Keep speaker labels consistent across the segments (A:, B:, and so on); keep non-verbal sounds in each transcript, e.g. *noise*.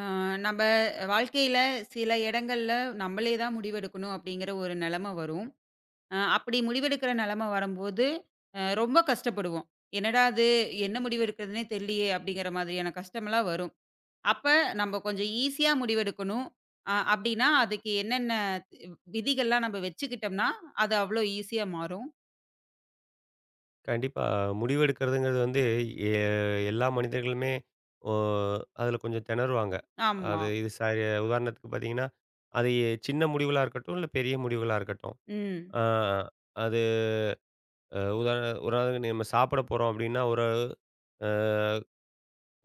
A: ஆ, நம்ம வாழ்க்கையில சில இடங்கள்ல நம்மளே தான் முடிவெடுக்கணும் அப்படிங்கிற ஒரு நிலைமை வரும். அப்படி முடிவெடுக்கிற நிலைமை வரும்போது, ரொம்ப கஷ்டப்படுவோம். "என்னடா இது! என்ன முடிவெடுக்கிறதுன்னே தெரியலையே!" அப்படிங்கிற மாதிரியான கஷ்டமெல்லாம் வரும். அப்ப நம்ம கொஞ்சம் ஈஸியா முடிவெடுக்கணும். அப்படின்னா, அதுக்கு என்னென்ன தி- விதிகள்லாம் நம்ம வச்சுக்கிட்டோம்னா, அது அவ்வளோ ஈஸியா மாறும்.
B: கண்டிப்பா. முடிவெடுக்கிறதுங்கிறது வந்து எ எல்லா மனிதர்களுமே ஒ அதில கொஞ்சம் திணறுவாங்க.
A: ஆமா.
B: அது இது ச உதாரணத்துக்கு பார்த்தீங்கன்னா, அது சின்ன முடிவுகளா இருக்கட்டும், இல்ல பெரிய முடிவுகளா இருக்கட்டும்.
A: ம்.
B: ஆ அது அ உதாரணத்துக்கு நம்ம சாப்பிட போறோம் அப்டின்னா, ஒரு அ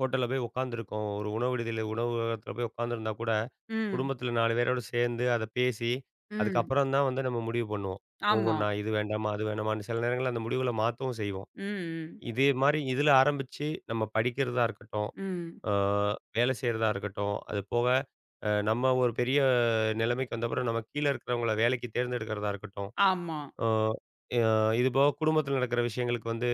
B: ஹோட்டல்ல போய் உட்காந்துருக்கோம். ஒரு உணவு விடுதியில உணவகத்தில போய் உட்காந்துருந்தா கூட,
A: ம்.
B: குடும்பத்தில 4 பேரோட சேர்ந்து அத பேசி,
A: ம்.
B: அதுக்கப்புறம் தான் வந்து நம்ம முடிவு பண்ணுவோம்.
A: ஆமா.
B: ஒவ்வொன்னா இது வேண்டாமா, அது வேண்டாமான்னு சில நேரங்கள்ல அந்த முடிவுகள மாத்தவும் செய்வோம்.
A: ம். ம்.
B: இது மாரி இதில ஆரம்பிச்சு நம்ம படிக்கிறதா இருக்கட்டும்,
A: ம்.
B: அ வேலை செய்றதா இருக்கட்டும், அது போக நம்ம ஒரு பெரிய நிலைமைக்கு வந்தப்புறம் நம்ம கீழ இருக்கிறவங்கள வேலைக்கு தேர்ந்தெடுக்கிறதா இருக்கட்டும்,
A: ஆமா.
B: அ அ இது போக குடும்பத்தில நடக்கிற விஷயங்களுக்கு வந்து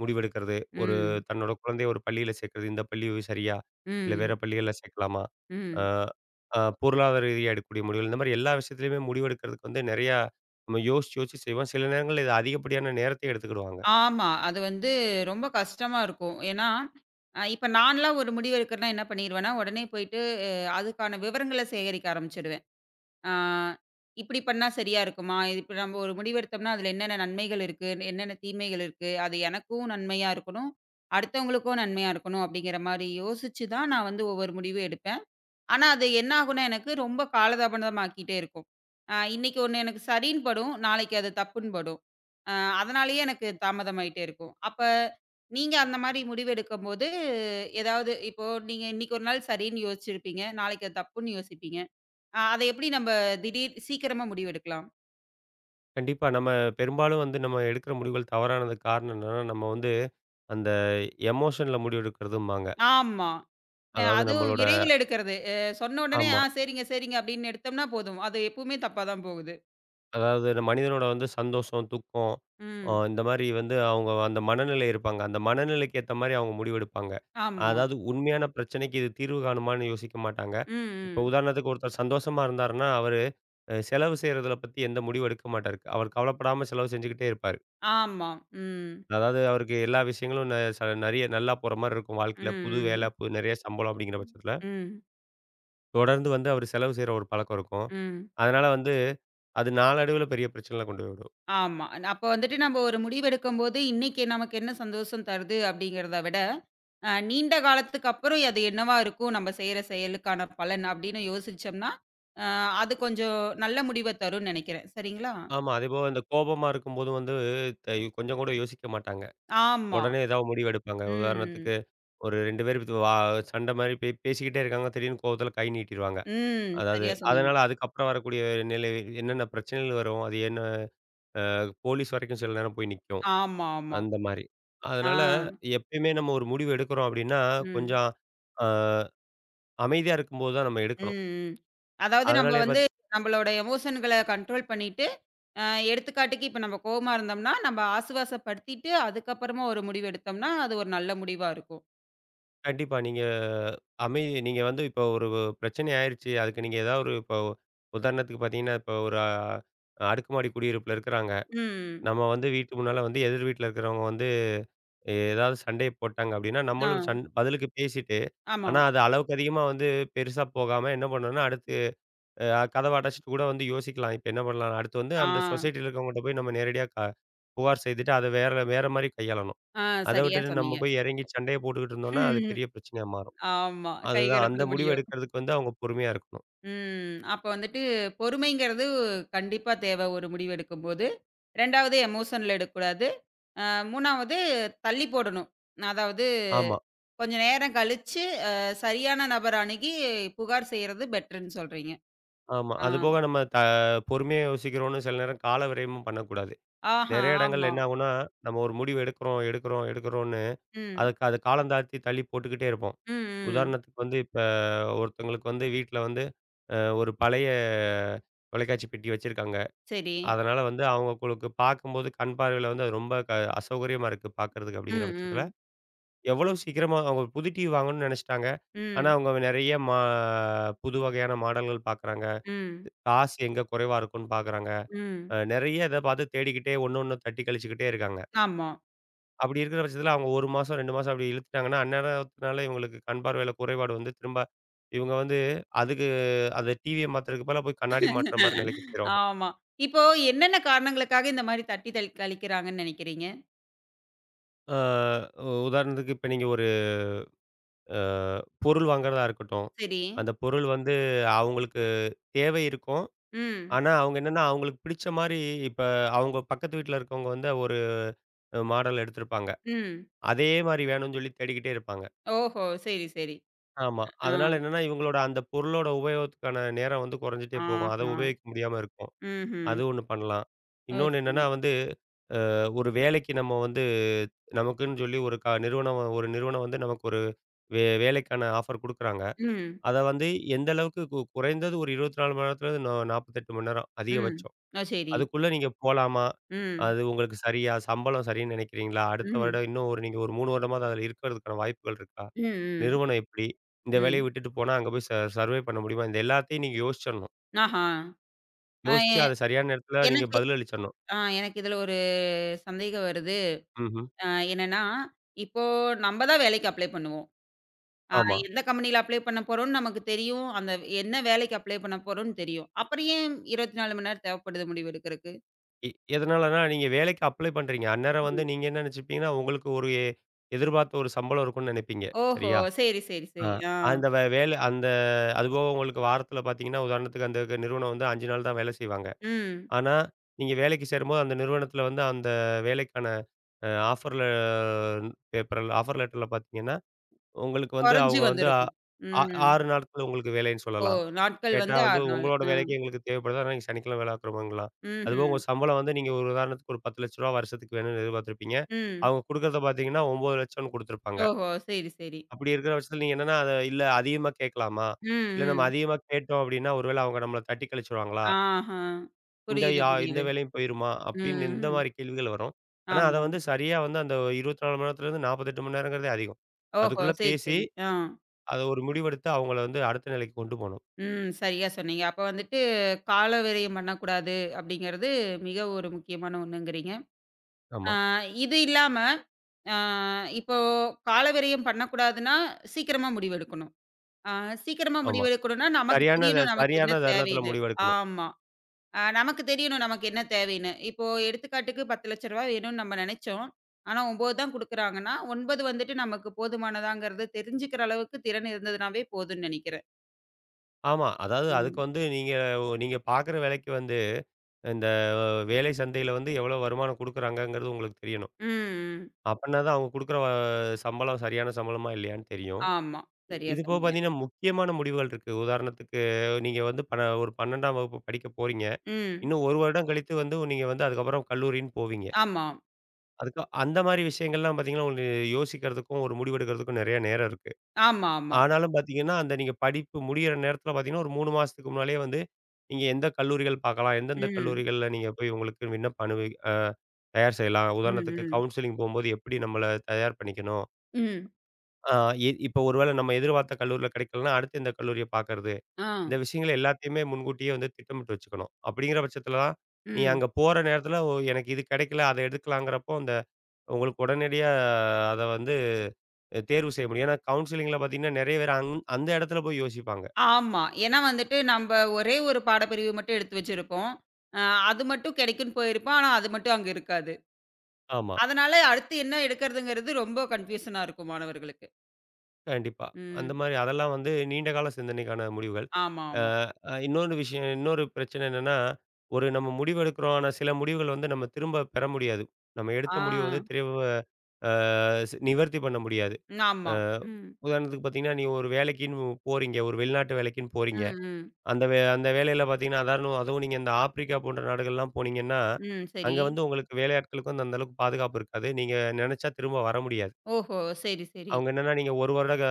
B: முடிவெடுக்கிறது. ஒரு
A: ம்.
B: தன்னோட குழந்தைய ஒரு பள்ளியில சேர்க்கிறது. இந்த பள்ளி சரியா? இல்ல வேற
A: ம்.
B: பள்ளிகள்ல சேர்க்கலாமா? அ
A: ம்.
B: அ பொருளாதார ரீதியா எடுக்கக்கூடிய முடிவுகள். இந்த மாரி எல்லா விஷயத்திலயுமே முடிவெடுக்கிறதுக்கு வந்து நெறையா நம்ம யோசிச்சு யோசிச்சு செய்வோம். சில நேரங்கள்ல இது அதிகப்படியான நேரத்தையும் எடுத்துக்கிடுவாங்க.
A: ஆமா. அது வந்து ரொம்ப கஷ்டமா இருக்கும். ஏன்னா, இப்ப நான்லாம் ஒரு முடிவு எடுக்கிறேன்னா என்ன பண்ணிருவேன்னா, உடனே போயிட்டு அ அதுக்கான விவரங்கள சேகரிக்க ஆரம்பிச்சுருவேன். ஆ இப்டி பண்ணா சரியா இருக்குமா? இது இப்ப நம்ம ஒரு முடிவு எடுத்தோம்னா, அதுல என்னென்ன நன்மைகள் இருக்கு? என்னென்ன தீமைகள் இருக்கு? அது எனக்கும் நன்மையா இருக்கணும், அடுத்தவங்களுக்கும் நன்மையா இருக்கணும் அப்டிங்கிற மாரி யோசிச்சு தான் நான் வந்து ஒவ்வொரு முடிவும் எடுப்பேன். ஆனா, அது என்ன ஆகும்னா, எனக்கு ரொம்ப காலதாமதம் ஆக்கிட்டே இருக்கும். இன்னைக்கு ஒண்ணு எனக்கு சரின்னு படும். நாளைக்கு அது தப்புன்னு படும். அ அதனாலேயே எனக்கு தாமதமாயிட்டே இருக்கும். அப்ப நீங்க அந்த மாரி முடிவெடுக்கும்போது, ஏதாவது இப்போ நீங்க இன்னைக்கு ஒரு நாள் சரின்னு யோசிச்சிருப்பீங்க. நாளைக்கு அது தப்புன்னு யோசிப்பீங்க. அத எப்படி நம்ம திடீர் சீக்கிரமா முடிவெடுக்கலாம்?
B: கண்டிப்பா. நம்ம பெரும்பாலும் வந்து நம்ம எடுக்கிற முடிவுகள் தவறானதுக்கு காரணம் என்னன்னா, நம்ம வந்து அந்த எமோஷன்ல முடிவு எடுக்கிறதும்பாங்க.
A: ஆமா.
B: அதாவது
A: அதுவும்
B: நம்மளோட
A: விரைவில் எடுக்கிறது. சொன்ன உடனே,
B: ஆமா.
A: "ஆ சரிங்க, சரிங்க" அப்படின்னு எடுத்தோம்னா போதும். அது எப்பவுமே தப்பா தான் போகுது.
B: அதாவது இந்த மனிதனோட வந்து சந்தோஷம், துக்கம்
A: ம்.
B: இந்த மாரி வந்து அவங்க அந்த மனநிலை இருப்பாங்க. அந்த மனநிலைக்கு ஏத்த மாரி அவங்க முடிவெடுப்பாங்க.
A: ஆமா.
B: அதாவது உண்மையான பிரச்சனைக்கு இது தீர்வு காணுமான்னு யோசிக்க மாட்டாங்க.
A: ம்,
B: இப்போ
A: ம்.
B: உதாரணத்துக்கு ஒருத்தர் சந்தோஷமா இருந்தாருன்னா, அவரு செலவு செய்றதுல பத்தி எந்த முடிவும் எடுக்க மாட்டாரு. அவர் கவலைப்படாம செலவு செஞ்சுக்கிட்டே இருப்பாரு.
A: ஆமா. ம்.
B: அதாவது அவருக்கு எல்லா விஷயங்களும் ந ச நெறைய நல்லா போற மாரி இருக்கும். வாழ்க்கையில புது வேலை,
A: ம்.
B: நெறைய சம்பளம் அப்படிங்கிற பட்சத்தில,
A: ம்.
B: தொடர்ந்து வந்து அவர் செலவு செய்ற ஒரு பழக்கம் இருக்கும்.
A: ம்.
B: அதனால வந்து அது நாளடைவில பெரிய பிரச்சனையில கொண்டு போய் விடும்.
A: ஆமா. அப்ப வந்துட்டு நம்ம ஒரு முடிவெடுக்கும்போது, இன்னைக்கு நமக்கு என்ன சந்தோஷம் தருது அப்படிங்கிறத விட, நீண்ட காலத்துக்கு அப்புறம் அது என்னவா இருக்கும்? நம்ம செய்ற செயலுக்கான பலன் அப்படின்னு யோசிச்சோம்னா, அ அது கொஞ்சம் நல்ல முடிவ தரும்னு நெனைக்கிறேன். சரிங்களா?
B: ஆமா. அதேபோல இந்த கோபமா இருக்கும்போது வந்து த கொஞ்சம் கூட யோசிக்க மாட்டாங்க.
A: ஆமா.
B: உடனே ஏதாவது முடிவு எடுப்பாங்க.
A: ம்.
B: உதாரணத்துக்கு ஒரு 2 பேர் இது வா சண்டை மாரி பேசிக்கிட்டே இருக்காங்க. திடீர்னு கோவத்தில கை நீட்டிருவாங்க.
A: ம்.
B: அதாவது
A: சரியா சொன்னீங்க.
B: அதனால அதுக்கப்புறம் வரக்கூடிய நிலை என்னென்ன பிரச்சனைகள் வரும்? அது என்ன போலீஸ் வரைக்கும் சில நேரம் போய் நிக்கும்.
A: ஆமா, ஆமா.
B: அந்த மாரி.
A: ஆ.
B: அதனால எப்பயுமே நம்ம ஒரு முடிவு எடுக்கிறோம் அப்டின்னா,
A: ம்.
B: கொஞ்சம் அ அமைதியா இருக்கும்போது தான் நம்ம
A: ம்.
B: எடுக்கணும்.
A: ம். அதாவது நம்ம
B: அதனாலயே
A: வந்து
B: பாத்தி
A: நம்மளோட எமோஷன்கள கண்ட்ரோல் பண்ணிட்டு, அ எடுத்துக்காட்டுக்கு இப்ப நம்ம கோவமா இருந்தோம்னா, நம்ம ஆசுவாசப்படுத்திட்டு அதுக்கப்புறமா ஒரு முடிவு எடுத்தோம்னா, அது ஒரு நல்ல முடிவா இருக்கும்.
B: கண்டிப்பா நீங்க நீங்க வந்து இப்போ ஒரு பிரச்சனை ஆயிருச்சு. அதுக்கு நீங்க ஏதாவது ஒரு இப்போ உதாரணத்துக்கு பார்த்தீங்கன்னா, இப்போ ஒரு அடுக்குமாடி குடியிருப்புல இருக்கிறாங்க.
A: ம்.
B: நம்ம வந்து வீட்டு முன்னால வந்து எதிர் வீட்ல இருக்கிறவங்க வந்து ஏதாவது சண்டைய போட்டாங்க அப்டின்னா,
A: ஆ.
B: நம்மளும் பதிலுக்கு பேசிட்டு,
A: ஆமா.
B: ஆனா அது அளவுக்கு அதிகமா வந்து பெருசா போகாம என்ன பண்ணணும்னா, அடுத்து அ கதவ அடைச்சிட்டு கூட வந்து யோசிக்கலாம். இப்ப என்ன பண்ணலாம்? அடுத்து வந்து
A: ஆ.
B: அந்த சொசைட்டில இருக்கவங்ககிட்ட போய் நம்ம நேரடியா புகார் செய்துட்டு, அத வேற வேற மாரி கையாளணும்.
A: ஆ
B: அத
A: சரியா
B: விட்டுட்டு நம்ம
A: சொன்னீங்க.
B: போய் இறங்கி சண்டைய போட்டுக்கிட்டு இருந்தோம்னா, அது பெரிய
A: *laughs*
B: பிரச்சனையா மாறும்.
A: ஆமா.
B: அதுதான் அந்த
A: கைகலப்புல
B: முடிவு
A: முடியும்.
B: எடுக்கிறதுக்கு வந்து அவங்க பொறுமையா இருக்கணும்.
A: ம். அப்ப வந்துட்டு பொறுமைங்கிறது கண்டிப்பா தேவை ஒரு முடிவு எடுக்கும்போது. 2வது எமோஷன்ல எடுக்கக்கூடாது. அ 3வது தள்ளி போடணும். அதாவது
B: ஆமா,
A: கொஞ்ச நேரம் கழிச்சு, சரியான நபர் அணுகி புகார் செய்யறது பெட்டர்ன்னு சொல்றீங்க.
B: ஆமா.
A: ஆ.
B: அதுபோக நம்ம பொறுமையா யோசிக்கிறோம்னு சில நேரம் கால விரயமும் பண்ணக்கூடாது.
A: ஆஹா,
B: நெறைய இடங்கள்ல
A: ஆமா.
B: என்ன ஆகும்னா, நம்ம ஒரு முடிவு எடுக்கிறோம், எடுக்கிறோம், எடுக்கிறோம்னு
A: ம்.
B: அதுக்கு அது காலம் தாழ்த்தி தள்ளி போட்டுக்கிட்டே இருப்போம்.
A: ம், ம்.
B: உதாரணத்துக்கு வந்து இப்ப ஒருத்தவங்களுக்கு வந்து வீட்ல வந்து ஒரு பழைய தொலைக்காட்சி பெட்டி வச்சிருக்காங்க.
A: சரி.
B: அதனால வந்து அவங்களுக்கு பார்க்கும்போது கண் பார்வையில வந்து அது ரொம்ப அசௌகரியமா இருக்கு பார்க்கறதுக்கு அப்படிங்கிற
A: ம்,
B: பட்சத்தில,
A: ம்.
B: எவ்வளவு சீக்கிரமா அவங்க புது டிவி வாங்கணும்னு நெனச்சுட்டாங்க. ஆனா
A: ம்,
B: அவங்க நெறைய புது வகையான மாடல்கள் பார்க்குறாங்க.
A: ம்,
B: காசு எங்க குறைவா இருக்கும்னு பார்க்குறாங்க.
A: ம்.
B: நெறைய இத பார்த்து தேடிக்கிட்டே ஒண்ணு ஒண்ணு தட்டி கழிச்சுக்கிட்டே இருக்காங்க.
A: ஆமா.
B: அப்படி இருக்கிற பட்சத்தில அவங்க 1 மாசம், 2 மாசம் அப்படி இழுத்துட்டாங்கன்னா, அந்நேரத்தினால இவங்களுக்கு கண் பார்வையில குறைபாடு வந்து திரும்ப இவங்க வந்து அதுக்கு அந்த டிவிய மாத்துறதுக்கு பதிலா போய் கண்ணாடி மாட்டுற மாரி நிலைக்கு போயிரும்.
A: ஆமா. இப்போ என்னென்ன காரணங்களுக்காக இந்த மாரி தட்டி தளி கழிக்கிறாங்கன்னு நெனைக்கிறீங்க?
B: ஆ உதாரணத்துக்கு இப்ப நீங்க ஒரு அ பொருள் வாங்குறதா இருக்கட்டும்.
A: சரி.
B: அந்த பொருள் வந்து அவங்களுக்கு தேவை இருக்கும்.
A: ம்,
B: ஆனா, அவங்க என்னன்னா அவங்களுக்கு பிடிச்ச மாரி இப்ப அவங்க பக்கத்து வீட்ல இருக்கவங்க வந்து ஒரு மாடல் எடுத்திருப்பாங்க.
A: ம்.
B: அதே மாரி வேணும்னு சொல்லி தேடிக்கிட்டே இருப்பாங்க.
A: ஓஹோ! சரி, சரி.
B: ஆமா.
A: ஆ,
B: அதனால என்னன்னா, இவங்களோட அந்த பொருளோட உபயோகத்துக்கான நேரம் வந்து குறைஞ்சிட்டே போகும். அத
A: ஆஹா.
B: உபயோகிக்க முடியாம இருக்கும்.
A: ம்ஹ்ம்.
B: அது ஒண்ணு பண்ணலாம்.
A: ஓ!
B: இன்னொன்னு என்னன்னா
A: சரி.
B: வந்து, ஒரு வேலைக்கு நம்ம வந்து நமக்குன்னு சொல்லி ஒரு நிறுவனம் வந்து நமக்கு ஒரு வேலைக்கான ஆஃபர் குடுக்குறாங்க.
A: ம்,
B: அத வந்து எந்த அளவுக்கு குறைந்தது ஒரு 24 மணி நேரத்துலருந்து 48 மணி நேரம்
A: ம்.
B: அதிகபட்சம்.
A: ஓ! சரி.
B: அதுக்குள்ள நீங்க போலாமா?
A: ம்,
B: அது உங்களுக்கு சரியா? சம்பளம் சரின்னு நினைக்கிறீங்களா? அடுத்த
A: ம்.
B: வருடம் இன்னும் ஒரு 3 வருடமாவது அதுல இருக்கிறதுக்கான வாய்ப்புகள் இருக்கா?
A: ம், ம்,
B: நிறுவனம் எப்படி? இந்த வேலைய
A: ம்.
B: விட்டுட்டு போனா அங்க போய் சர்வே பண்ண முடியுமா? இந்த எல்லாத்தையும் நீங்க யோசிச்சிடணும்.
A: ஆஹா! அ
B: யோசிச்சு
A: எ
B: அத சரியான நேரத்துல நீங்க
A: எனக்கு
B: பதிலளிச்சிடணும்.
A: ஆ எனக்கு இதுல ஒரு சந்தேகம் வருது.
B: ம்ஹ்ம்.
A: அ என்னன்னா, இப்போ நம்ப தான் வேலைக்கு அப்ளை பண்ணுவோம். அ
B: ஆமா.
A: எந்த கம்பெனில அப்ளை பண்ண போறோம்னு நமக்கு தெரியும். அந்த என்ன வேலைக்கு அப்ளை பண்ண போறோம்னு தெரியும். அப்புறம் ஏன் 24 மணி நேரம் தேவைப்படுது முடிவு எடுக்கறக்கு?
B: எ எதனாலனா நீங்க வேலைக்கு அப்ளை பண்றீங்க. அந்நேரம் வந்து
A: ம்.
B: நீங்க என்ன நினைச்சுப்பீங்கன்னா, உங்களுக்கு ஒரு எதிர்பார்த்த ஒரு சம்பளம் இருக்கும்னு நினைப்பீங்க.
A: ஓஹோ!
B: சரியா?
A: சரி, சரி,
B: ஆ
A: சரி. ஆ.
B: அந்த வே வேலை அதுபோக உங்களுக்கு வாரத்துல பார்த்தீங்கன்னா, உதாரணத்துக்கு அந்த நிறுவனம் வந்து 5 நாள் தான் வேலை செய்வாங்க.
A: ம்.
B: ஆனா, நீங்க வேலைக்கு சேரும்போது அந்த நிறுவனத்தில வந்து அந்த வேலைக்கான அ ஆஃபர் ல பேப்பர்ல ஆஃபர் லெட்டர்ல பார்த்தீங்கன்னா, உங்களுக்கு வந்து
A: கொறஞ்சு
B: அவங்க வந்து அ
A: வந்திருக்கும்.
B: ஆ
A: ம்.
B: 6 நாட்கள் உங்களுக்கு வேலைன்னு
A: ஓ!
B: சொல்லலாம்.
A: நாட்கள்
B: கேட்டா
A: வந்து
B: வந்து
A: 6 நாள்.
B: உங்களோட
A: ஆ.
B: வேலைக்கு எங்களுக்கு தேவைப்படுது. ஆனா, நீங்க சனிக்கிழமை வேலை பார்க்குறோமாங்கலாம். அதுபோக
A: ம்ஹ்ம்.
B: உங்க சம்பளம் வந்து நீங்க ஒரு உதாரணத்துக்கு ஒரு ரூ. 10,00,000 வருஷத்துக்கு வேணும்னு எதிர்பார்த்திருப்பீங்க.
A: ம்.
B: அவங்க குடுக்கறத பார்த்தீங்கன்னா, 9,00,000ன்னு குடுத்துருப்பாங்க.
A: ஓஹோ! சரி, சரி.
B: அப்படி இருக்கிற பட்சத்தில நீங்க என்னன்னா, அத இல்ல அதிகமா கேட்கலாமா? இல்ல நம்ம
A: ம், ம்.
B: அதிகமா கேட்டோம் அப்படின்னா, ஒருவேளை அவங்க நம்மள தட்டி கழிச்சுருவாங்களா?
A: ஆஹா. புரியுது,
B: இந்த
A: புரியுது.
B: வேலையும் போயிருமா? அப்படின்னு இந்த
A: ம்.
B: மாரி கேள்விகள் வரும். ஆனா, அத
A: ஆமாம்.
B: வந்து சரியா வந்து அந்த 24 மணி நேரத்துலேருந்து 48 மணி நேரங்கிறதே அதிகம்.
A: ஓஹோ!
B: அதுக்குள்ள
A: சரி,
B: பேசி,
A: சரி. ஆ.
B: அத ஒரு முடிவெடுத்து அவங்கள வந்து அடுத்த நிலைக்கு கொண்டு போணும்.
A: ம். சரியா சொன்னீங்க. அப்ப வந்துட்டு கால விரயம் பண்ணக்கூடாது அப்படிங்கிறது மிக ஒரு முக்கியமான ஒண்ணுங்கிறீங்க. ஆ
B: ஆமா,
A: இது இல்லாம, ஆ இப்போ கால விரயம் பண்ணக்கூடாதுன்னா, சீக்கிரமா முடிவெடுக்கணும். ஆ சீக்கிரமா
B: ஆமா.
A: முடிவெடுக்கணும்னா, நமக்கு தெரியணும் நமக்கு
B: சரியான
A: என்ன
B: தருணத்தில
A: தேவைன்னு.
B: முடிவெடுக்கணும்.
A: ஆமா. நமக்கு தெரியணும் நமக்கு என்ன தேவைன்னு. இப்போ எடுத்துக்காட்டுக்கு ரூ. 10,00,000 வேணும்னு நம்ம நெனைச்சோம். ஆனா 9 தான் குடுக்குறாங்கன்னா, 9 வந்துட்டு நமக்கு போதுமானதாங்கிறது தெரிஞ்சுக்கிற அளவுக்கு திறன் இருந்ததுனாவே போதும்னு நெனைக்கிறேன்.
B: ஆமா. அதாவது அதுக்கு
A: ம்.
B: வந்து நீங்க நீங்க பார்க்குற வேலைக்கு வந்து இந்த வேலை சந்தையில வந்து எவ்வளோ வருமானம் குடுக்குறாங்கங்கிறது உங்களுக்கு தெரியணும்.
A: ம்.
B: அப்பன்னா தான் அவங்க குடுக்குற வ சம்பளம் சரியான சம்பளமா இல்லையான்னு தெரியும்.
A: ஆமா. சரியா
B: இது போக
A: சொன்னீங்க.
B: பார்த்தீங்கன்னா, முக்கியமான முடிவுகள் இருக்கு. உதாரணத்துக்கு நீங்க வந்து ஒரு 12ஆம் வகுப்பு படிக்க போறீங்க.
A: ம்.
B: இன்னும் 1 வருடம் கழித்து வந்து நீங்க வந்து அதுக்கப்புறம் கல்லூரின்னு போவீங்க.
A: ஆமா.
B: அதுக்கு அந்த மாரி விஷயங்கள்லாம் பார்த்தீங்கன்னா, ஒரு யோசிக்கிறதுக்கும், ஒரு முடிவெடுக்கிறதுக்கும் நெறைய நேரம் இருக்கு.
A: ஆமா, ஆமா.
B: ஆனாலும் பார்த்தீங்கன்னா, அந்த நீங்க படிப்பு முடியிற நேரத்தில பார்த்தீங்கன்னா, ஒரு 3 மாசத்துக்கு முன்னாலயே வந்து நீங்க எந்த கல்லூரிகள் பார்க்கலாம், எந்தெந்த
A: ம்.
B: கல்லூரிகள்ல நீங்க போய் உங்களுக்கு விண்ணப்ப அனுபவி அ தயார் செய்யலாம்.
A: ம்,
B: உதாரணத்துக்கு
A: ம்.
B: கவுன்சிலிங் போம்போது எப்படி நம்மள தயார் பண்ணிக்கணும்?
A: ம்.
B: ஆ இ இப்ப ஒருவேள நம்ம எதிர்பார்த்த கல்லூரில கிடைக்கலன்னா, அடுத்து இந்த கல்லூரிய பார்க்கறது.
A: ஆ.
B: இந்த விஷயங்கள எல்லாத்தையுமே முன்கூட்டியே வந்து திட்டமிட்டு வச்சுக்கணும். அப்படிங்கிற பட்சத்தில தான், நீ
A: ம்.
B: அங்க போற நேரத்தில ஓ எனக்கு இது கிடைக்கல, அத எடுக்கலாங்கிறப்போ, அந்த உங்களுக்கு உடனடியா அத வந்து தேர்வு செய்ய முடியும். ஏன்னா கவுன்சிலிங்ல பார்த்தீங்கன்னா, நெறைய பேர் அந்த இடத்துல போய் யோசிப்பாங்க.
A: ஆமா. ஏன்னா வந்துட்டு நம்ப ஒரே ஒரு பாடப்பிரிவு மட்டும் எடுத்து வச்சிருப்போம். அ அது மட்டும் கிடைக்கும்னு போயிருப்போம். ஆனா, அது மட்டும் அங்க இருக்காது.
B: ஆமா.
A: அதனால அடுத்து என்ன எடுக்கிறதுங்கிறது ரொம்ப கன்ஃபியூஷனா இருக்கும் மாணவர்களுக்கு.
B: கண்டிப்பா. அந்த
A: ம்.
B: மாரி அதெல்லாம் வந்து நீண்ட கால சிந்தனைக்கான முடிவுகள்.
A: ஆமா,
B: அ
A: ஆமா.
B: அ இன்னொரு விஷயம் இன்னொரு பிரச்சனை என்னன்னா, ஒரு நம்ம முடிவு எடுக்கிறோம். ஆனா சில முடிவுகள் வந்து நம்ம திரும்ப பெற முடியாது. நம்ம
A: ஆ.
B: எடுத்த முடிவு வந்து திரும்ப அ ஸ் நிவர்த்தி பண்ண முடியாது. அ
A: ஆமா. ம்.
B: உதாரணத்துக்கு பார்த்தீங்கன்னா, நீங்க ஒரு வேலைக்குன்னு போறீங்க. ஒரு வெளிநாட்டு வேலைக்குன்னு போறீங்க.
A: ம், ம்.
B: அந்த வேலையில பார்த்தீங்கன்னா, அதாரணம் அதுவும் நீங்க இந்த ஆப்பிரிக்கா போன்ற நாடுகள்லாம் போனீங்கன்னா,
A: ம். சரி.
B: அங்க வந்து உங்களுக்கு வேலையாட்களுக்கு வந்து அந்த அளவுக்கு பாதுகாப்பு இருக்காது. நீங்க நெனச்சா திரும்ப வர முடியாது.
A: ஓஹோ! சரி, சரி.
B: அவங்க என்னன்னா, நீங்க 1 வருட க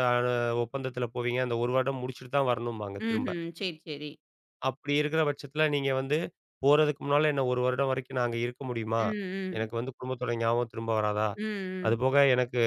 B: ஒப்பந்தத்தில போவீங்க. அந்த 1 வருடம் முடிச்சுட்டு தான் வரணும்பாங்க திரும்ப.
A: ம்ஹ்ம். சரி, சரி.
B: அப்படி இருக்கிற பட்சத்தில நீங்க வந்து, போறதுக்கு முன்னால என்ன 1 வருடம் வரைக்கும் நான் அங்க இருக்க முடியுமா?
A: ம், ம்.
B: எனக்கு வந்து குடும்பத்தோட ஞாபகம் திரும்ப வராதா?
A: ம், ம்.
B: அதுபோக எனக்கு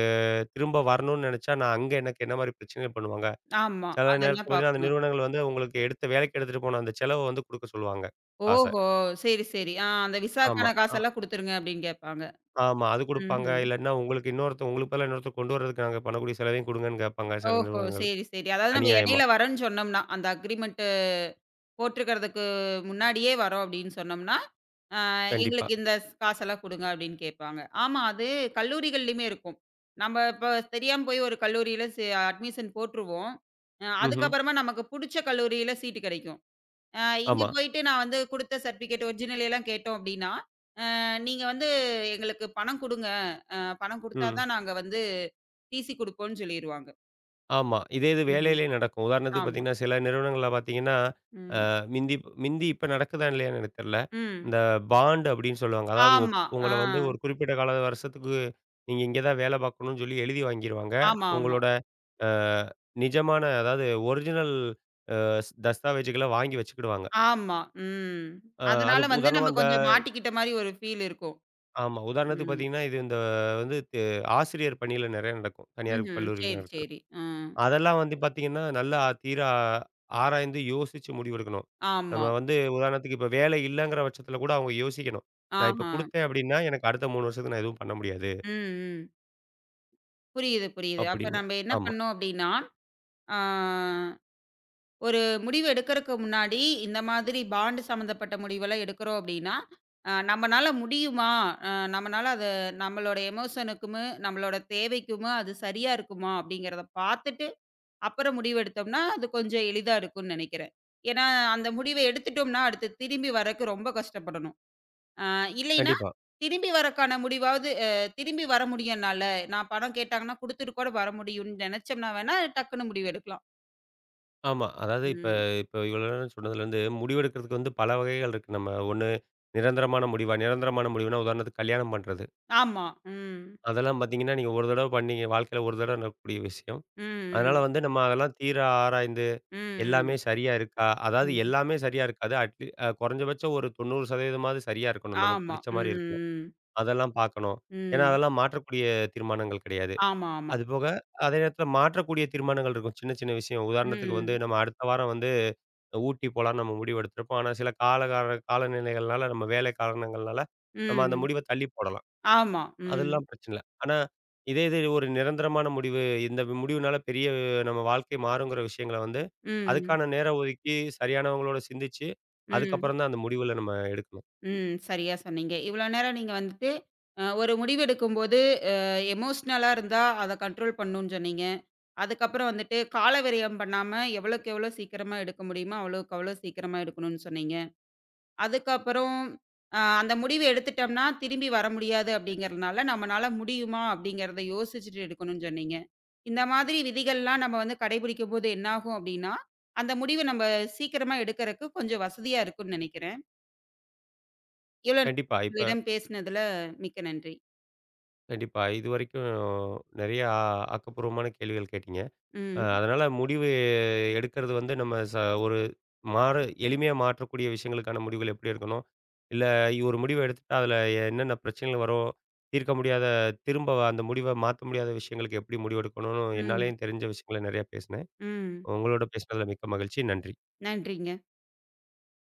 B: திரும்ப வரணும்னு நெனைச்சா, நான் அங்க எனக்கு என்ன மாரி பிரச்சனைகள் பண்ணுவாங்க?
A: ஆமா.
B: சில நேரத்தில
A: அதெல்லாம்
B: பார்த்தீங்கன்னா, அந்த
A: பாக்கணும்.
B: நிறுவனங்கள் வந்து உங்களுக்கு எடுத்த வேலைக்கு எடுத்துட்டு போன அந்த செலவ வந்து குடுக்க சொல்லுவாங்க காச.
A: ஓஹோ! சரி, சரி. ஆ அந்த
B: ஆமா.
A: விசாக்கான
B: அ
A: காசெல்லாம் குடுத்துருங்க அப்டின்னு கேட்பாங்க.
B: ஆமா. அது குடுப்பாங்க.
A: ம்ஹ்ம்.
B: இல்லாட்டினா உங்களுக்கு இன்னொருத்தர் உங்களுக்கு பதிலா இன்னொருத்தர் கொண்டு வர்றதுக்கு நாங்க பண்ணக்கூடிய செலவையும் குடுங்கன்னு கேட்பாங்க சில
A: ஓஹோ!
B: நிறுவனங்கள்.
A: சரி, சரி. அதாவது நம்ம
B: அநியாயமா.
A: இடையில வரோன்னு சொன்னோம்னா, அந்த அக்ரிமெண்ட் போட்டுருக்கிறதுக்கு முன்னாடியே வரோம் அப்டின்னு சொன்னோம்னா, ஆ
B: கண்டிப்பா.
A: எங்களுக்கு இந்த ஸ் காசெல்லாம் குடுங்க அப்டின்னு கேட்பாங்க. ஆமா, அது கல்லூரிகள்லயுமே இருக்கும். நம்ம இப்ப தெரியாம போய் ஒரு கல்லூரியில சே அட்மிஷன் போட்டுருவோம்.
B: ம்ஹ்ம்.
A: அதுக்கப்புறமா நமக்கு புடிச்ச கல்லூரியில சீட்டு கெடைக்கும். அ இங்க
B: ஆமா.
A: போயிட்டு நான் வந்து குடுத்த சர்டிபிகேட் ஒரிஜினல் எல்லாம் கேட்டோம் அப்டின்னா நீங்க வந்து எங்களுக்கு பணம் குடுங்க. அ பணம் குடுத்தா
B: ம்.
A: தான் நாங்க வந்து டிசி குடுப்போம்ன்னு சொல்லிருவாங்க.
B: ஆமா. இதே இது
A: ம்.
B: வேலையிலயும் நடக்கும். உதாரணத்துக்கு
A: ஆமா.
B: பார்த்தீங்கன்னா, சில நிறுவனங்கள்ல பார்த்தீங்கன்னா, அ
A: ம்.
B: மிந்தி மிந்தி இப்ப நடக்குதா இல்லையான்னு எனக்கு தெரியல.
A: ம்.
B: இந்த பாண்ட் அப்படின்னு சொல்லுவாங்க. அதாவது
A: ஆமா.
B: உங்கள
A: ஆ.
B: வந்து ஒரு குறிப்பிட்ட கால வருஷத்துக்கு நீங்க இங்க தான் வேலை பார்க்கணும்னு சொல்லி எழுதி வாங்கிருவாங்க.
A: ஆமா, ஆமா.
B: உங்களோட அ நிஜமான அதாவது ஒரிஜினல் அ தஸ்தாவேஜுகள வாங்கி வச்சுக்கிடுவாங்க.
A: ஆமா. ம்.
B: அ அது
A: அதனால வந்து
B: உதாரணமா
A: நம்ம
B: இந்த
A: கொஞ்சம் மாட்டிக்கிட்ட மாரி ஒரு ஃபீல் இருக்கும்.
B: ஆமா. உதாரணத்துக்கு
A: ம்.
B: பார்த்தீங்கன்னா, இது இந்த வந்து து ஆசிரியர் பணியில நெறைய நடக்கும். தனியார்
A: ம்ஹ்ம்.
B: கல்லூரிகள்
A: சரி,
B: நடக்குது.
A: சரி. ம்.
B: அதெல்லாம் வந்து பார்த்தீங்கன்னா, நல்லா தீர ஆராய்ந்து யோசிச்சு முடிவெடுக்கணும்.
A: ஆமா.
B: நம்ம வந்து உதாரணத்துக்கு இப்ப வேலை இல்லங்கிற பட்சத்தில கூட அவங்க யோசிக்கணும். நான் இப்ப
A: ஆஹா.
B: குடுத்தேன் அப்டின்னா, எனக்கு அடுத்த 3 வருஷத்துக்கு நான் எதுவும் பண்ண முடியாது
A: ம், ம். புரியுது, புரியுது. அப்ப
B: அப்படின்னு.
A: நம்ம என்ன
B: ஆமா.
A: பண்ணோம் அப்டின்னா, ஆ ஒரு முடிவு எடுக்கறக்கு முன்னாடி, இந்த மாதிரி பாண்ட் சம்மந்தப்பட்ட முடிவெல்லாம் எடுக்கிறோம் அப்படின்னா, நம்மனால முடியுமா? நம்மனால அது நம்மளோட எமோஷனுக்குமு, நம்மளோட தேவைக்குமு அது சரியா இருக்குமா? அப்படிங்கிறத பார்த்துட்டு, அப்புறம் முடிவு எடுத்தோம்னா, அது கொஞ்சம் எளிதா இருக்கும்னு நெனைக்கிறேன். ஏன்னா, அந்த முடிவ எடுத்துட்டோம்னா, அடுத்து திரும்பி வரக்கு ரொம்ப கஷ்டப்படணும். அ இல்லைன்னா,
B: கண்டிப்பா.
A: திரும்பி வரக்கான முடிவாவது திரும்பி வர முடியும் என்னால. நான் பணம் கேட்டாங்கன்னா, குடுத்துட்டு கூட வர முடியும்னு நெனைச்சோம்னா வேணா, டக்குனு முடிவு எடுக்கலாம்.
B: ஆமா. அதாவது இப்ப
A: ம்.
B: இப்ப இவ்வளோ நேரம் சொன்னதுலேருந்து முடிவெடுக்கிறதுக்கு வந்து பல வகைகள் இருக்கு. நம்ம ஒண்ணு நிரந்தரமான முடிவுனா உதாரணத்துக்கு கல்யாணம் பண்றது.
A: ஆமா. ம்.
B: அதெல்லாம் பார்த்தீங்கன்னா, நீங்க ஒரு தடவ பண்ணீங்க வாழ்க்கையில ஒரு தடவ நடக்கக்கூடிய விஷயம்.
A: ம்,
B: அதனால
A: ம்.
B: வந்து நம்ம அதெல்லாம் தீர ஆராய்ந்து,
A: ம்,
B: எல்லாமே
A: ம்.
B: சரியா இருக்கா? அதாவது
A: ம்.
B: எல்லாமே சரியா இருக்காது. அட்லீ அ குறைஞ்சபட்சம் ஒரு 90% மாவது சரியா இருக்கணும். நமக்கு
A: ஆமா.
B: பிடிச்ச
A: ம்,
B: மாரி இருக்கணும்.
A: ம்.
B: அதெல்லாம் பார்க்கணும். ஏன்னா,
A: ம்.
B: அதெல்லாம் மாற்றக்கூடிய தீர்மானங்கள் கிடையாது.
A: ஆமா, ஆமா.
B: அதுபோக அதே நேரத்தில மாற்றக்கூடிய தீர்மானங்கள் இருக்கும். சின்ன சின்ன விஷயம். உதாரணத்துக்கு வந்து
A: ம்,
B: நம்ம அடுத்த வாரம் வந்து ஊட்டி போலான்னு நம்ம முடிவு எடுத்திருப்போம். ஆனா சில காலநிலைகள்னால, நம்ம வேலை காரணங்கள்னால, நம்ம அந்த
A: ம்.
B: முடிவ தள்ளி போடலாம்.
A: ஆமா. ம்,
B: அதெல்லாம் பிரச்சனை இல்ல. ஆனா, இதே இது ஒரு நிரந்தரமான முடிவு. இந்த முடிவுனால பெரிய நம்ம வாழ்க்கை மாறுங்கிற விஷயங்கள வந்து,
A: ம்,
B: அதுக்கான நேரம் ஒதுக்கி, சரியானவங்களோட சிந்திச்சு,
A: ம்,
B: அதுக்கப்புறம் தான் அந்த முடிவுல நம்ம எடுக்கணும்.
A: ம். சரியா சொன்னீங்க. இவ்வளோ நேரம் நீங்க வந்துட்டு, ஒரு முடிவெடுக்கும்போது, அ எமோஷ்னலா இருந்தா அத கண்ட்ரோல் பண்ணணும்னு சொன்னீங்க. அதுக்கப்புறம் வந்துட்டு, கால விரயம் பண்ணாம எவ்வளோக்கு எவ்வளோ சீக்கிரமா எடுக்க முடியுமோ, அவ்வளோக்கு அவ்வளோ சீக்கிரமா எடுக்கணும்னு சொன்னீங்க. அதுக்கப்புறம் அந்த முடிவு எடுத்துட்டோம்னா, திரும்பி வர முடியாது அப்படிங்கிறதுனால, நம்மனால முடியுமா அப்படிங்கிறத யோசிச்சுட்டு எடுக்கணும்னு சொன்னீங்க. இந்த மாதிரி விதிகள்லாம் நம்ம வந்து கடைபிடிக்கும்போது என்னாகும் அப்படின்னா, அந்த முடிவு நம்ம சீக்கிரமா எடுக்கறக்கு கொஞ்சம் வசதியா இருக்கும்னு நெனைக்கிறேன். இவ்வளோ நேரம்
B: கண்டிப்பா. இப்ப
A: உங்களிடம் பேசினதுல மிக்க நன்றி.
B: கண்டிப்பா. இதுவரைக்கும் நெறையா ஆக்கப்பூர்வமான கேள்விகள் கேட்டீங்க.
A: ம்,
B: அதனால முடிவு எடுக்கிறது வந்து நம்ம ஒரு எளிமையா மாற்றக்கூடிய விஷயங்களுக்கான முடிவுகள் எப்படி எடுக்கணும், இல்ல ஒரு முடிவு எடுத்துட்டா அதில என்னென்ன பிரச்சனைகள் வரும், தீர்க்க முடியாத அந்த முடிவ மாத்த முடியாத விஷயங்களுக்கு எப்படி முடிவெடுக்கணும்னு
A: ம்,
B: என்னாலேயும் தெரிஞ்ச விஷயங்கள நெறையா பேசினேன்.
A: ம்.
B: உங்களோட பேசினதில மிக்க மகிழ்ச்சி. நன்றி.
A: நன்றிங்க.